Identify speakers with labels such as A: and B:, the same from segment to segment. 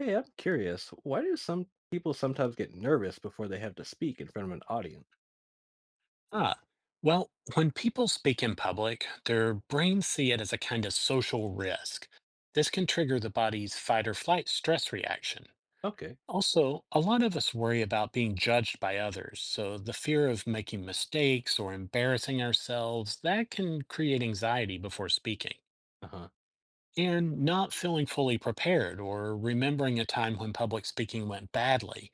A: Hey, I'm curious. Why do some people sometimes get nervous before they have to speak in front of an audience?
B: Ah, well, when people speak in public, their brains see it as a kind of social risk. This can trigger the body's fight or flight stress reaction.
A: Okay.
B: Also, a lot of us worry about being judged by others, so the fear of making mistakes or embarrassing ourselves, that can create anxiety before speaking.
A: Uh huh.
B: And not feeling fully prepared or remembering a time when public speaking went badly,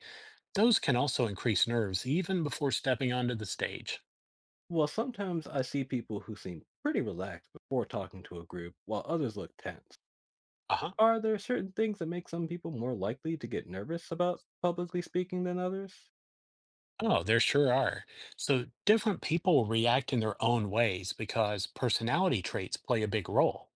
B: those can also increase nerves even before stepping onto the stage.
A: Well, sometimes I see people who seem pretty relaxed before talking to a group, while others look tense.
B: Uh huh.
A: Are there certain things that make some people more likely to get nervous about publicly speaking than others?
B: Oh, there sure are. So different people react in their own ways because personality traits play a big role.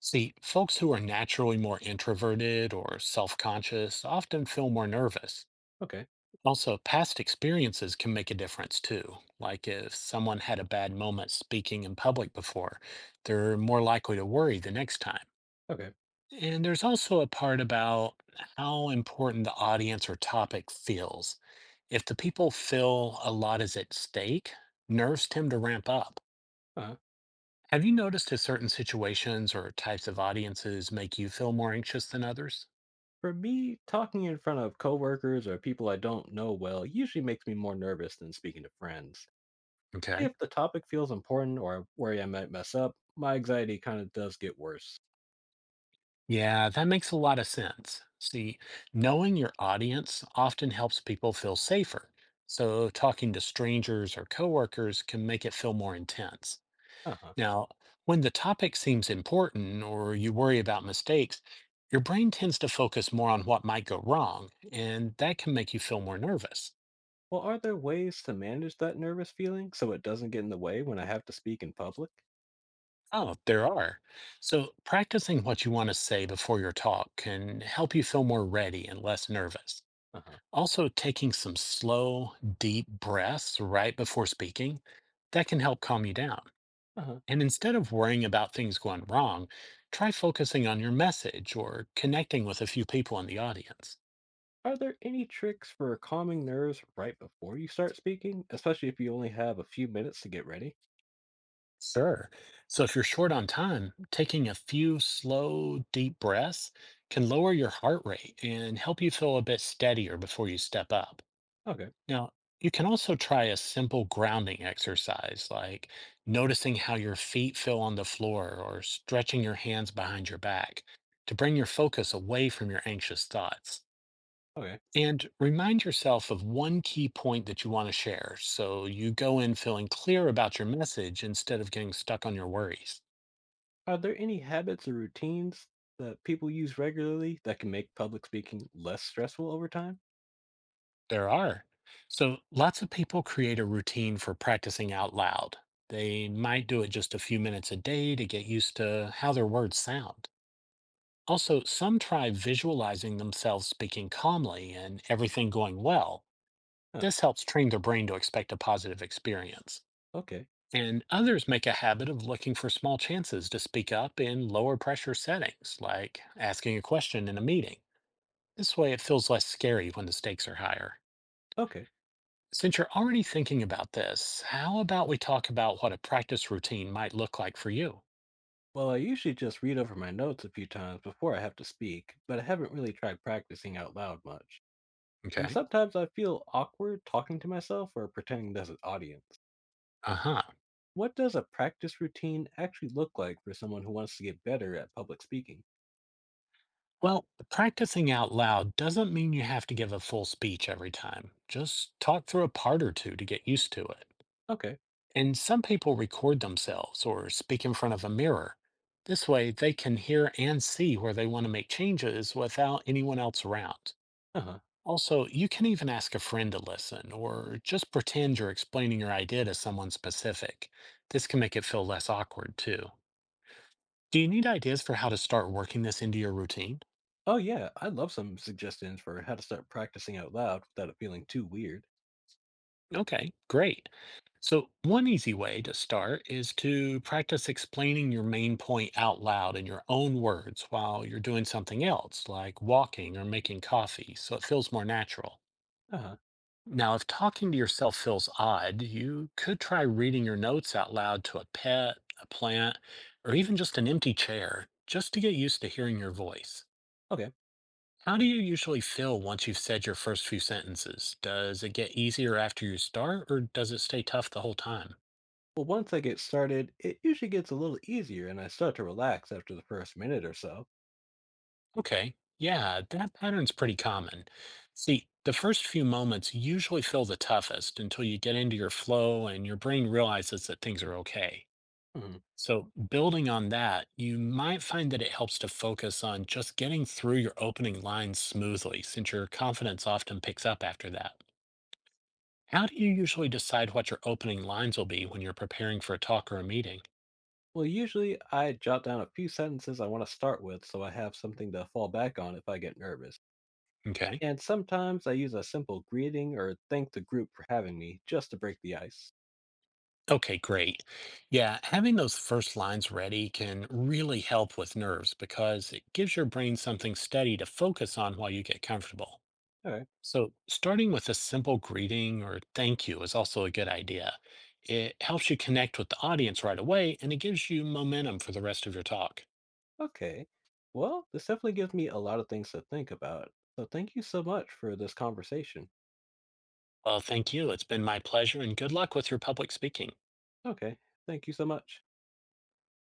B: See, folks who are naturally more introverted or self-conscious often feel more nervous.
A: Okay.
B: Also, past experiences can make a difference too. Like if someone had a bad moment speaking in public before, they're more likely to worry the next time.
A: Okay.
B: And there's also a part about how important the audience or topic feels. If the people feel a lot is at stake, nerves tend to ramp up.
A: Uh huh.
B: Have you noticed if certain situations or types of audiences make you feel more anxious than others?
A: For me, talking in front of coworkers or people I don't know well usually makes me more nervous than speaking to friends.
B: Okay.
A: If the topic feels important or I worry I might mess up, my anxiety kind of does get worse.
B: Yeah, that makes a lot of sense. See, knowing your audience often helps people feel safer. So, talking to strangers or coworkers can make it feel more intense.
A: Uh huh.
B: Now, when the topic seems important or you worry about mistakes, your brain tends to focus more on what might go wrong, and that can make you feel more nervous.
A: Well, are there ways to manage that nervous feeling so it doesn't get in the way when I have to speak in public?
B: Oh, there are. So, practicing what you want to say before your talk can help you feel more ready and less nervous.
A: Uh huh.
B: Also, taking some slow, deep breaths right before speaking, that can help calm you down.
A: Uh huh.
B: And instead of worrying about things going wrong, try focusing on your message or connecting with a few people in the audience.
A: Are there any tricks for calming nerves right before you start speaking, especially if you only have a few minutes to get ready?
B: Sure. So if you're short on time, taking a few slow, deep breaths can lower your heart rate and help you feel a bit steadier before you step up.
A: Okay.
B: Now, you can also try a simple grounding exercise like noticing how your feet feel on the floor or stretching your hands behind your back to bring your focus away from your anxious thoughts.
A: Okay.
B: And remind yourself of one key point that you want to share so you go in feeling clear about your message instead of getting stuck on your worries.
A: Are there any habits or routines that people use regularly that can make public speaking less stressful over time?
B: There are. So lots of people create a routine for practicing out loud. They might do it just a few minutes a day to get used to how their words sound. Also, some try visualizing themselves speaking calmly and everything going well.
A: Huh.
B: This helps train their brain to expect a positive experience.
A: Okay.
B: And others make a habit of looking for small chances to speak up in lower pressure settings, like asking a question in a meeting. This way, it feels less scary when the stakes are higher.
A: Okay.
B: Since you're already thinking about this, how about we talk about what a practice routine might look like for you?
A: Well, I usually just read over my notes a few times before I have to speak, but I haven't really tried practicing out loud much. And
B: Okay.
A: sometimes I feel awkward talking to myself or pretending there's an audience.
B: Uh huh.
A: What does a practice routine actually look like for someone who wants to get better at public speaking?
B: Well, practicing out loud doesn't mean you have to give a full speech every time. Just talk through a part or two to get used to it.
A: Okay.
B: And some people record themselves or speak in front of a mirror. This way, they can hear and see where they want to make changes without anyone else around.
A: Uh huh.
B: Also, you can even ask a friend to listen or just pretend you're explaining your idea to someone specific. This can make it feel less awkward, too. Do you need ideas for how to start working this into your routine?
A: Oh, yeah. I'd love some suggestions for how to start practicing out loud without it feeling too weird.
B: Okay, great. So, one easy way to start is to practice explaining your main point out loud in your own words while you're doing something else, like walking or making coffee, so it feels more natural.
A: Uh huh.
B: Now, if talking to yourself feels odd, you could try reading your notes out loud to a pet, a plant, or even just an empty chair, just to get used to hearing your voice.
A: Okay.
B: How do you usually feel once you've said your first few sentences? Does it get easier after you start, or does it stay tough the whole time?
A: Well, once I get started, it usually gets a little easier and I start to relax after the first minute or so.
B: Okay, yeah, that pattern's pretty common. See, the first few moments usually feel the toughest until you get into your flow and your brain realizes that things are okay.
A: Mhm.
B: So, building on that, you might find that it helps to focus on just getting through your opening lines smoothly, since your confidence often picks up after that. How do you usually decide what your opening lines will be when you're preparing for a talk or a meeting?
A: Well, usually I jot down a few sentences I want to start with so I have something to fall back on if I get nervous.
B: Okay.
A: And sometimes I use a simple greeting or thank the group for having me just to break the ice.
B: Okay, great. Yeah, having those first lines ready can really help with nerves because it gives your brain something steady to focus on while you get comfortable.
A: All right.
B: So, starting with a simple greeting or thank you is also a good idea. It helps you connect with the audience right away and it gives you momentum for the rest of your talk.
A: Okay. Well, this definitely gives me a lot of things to think about. So thank you so much for this conversation.
B: Well, thank you. It's been my pleasure and good luck with your public speaking.
A: Okay. Thank you so much.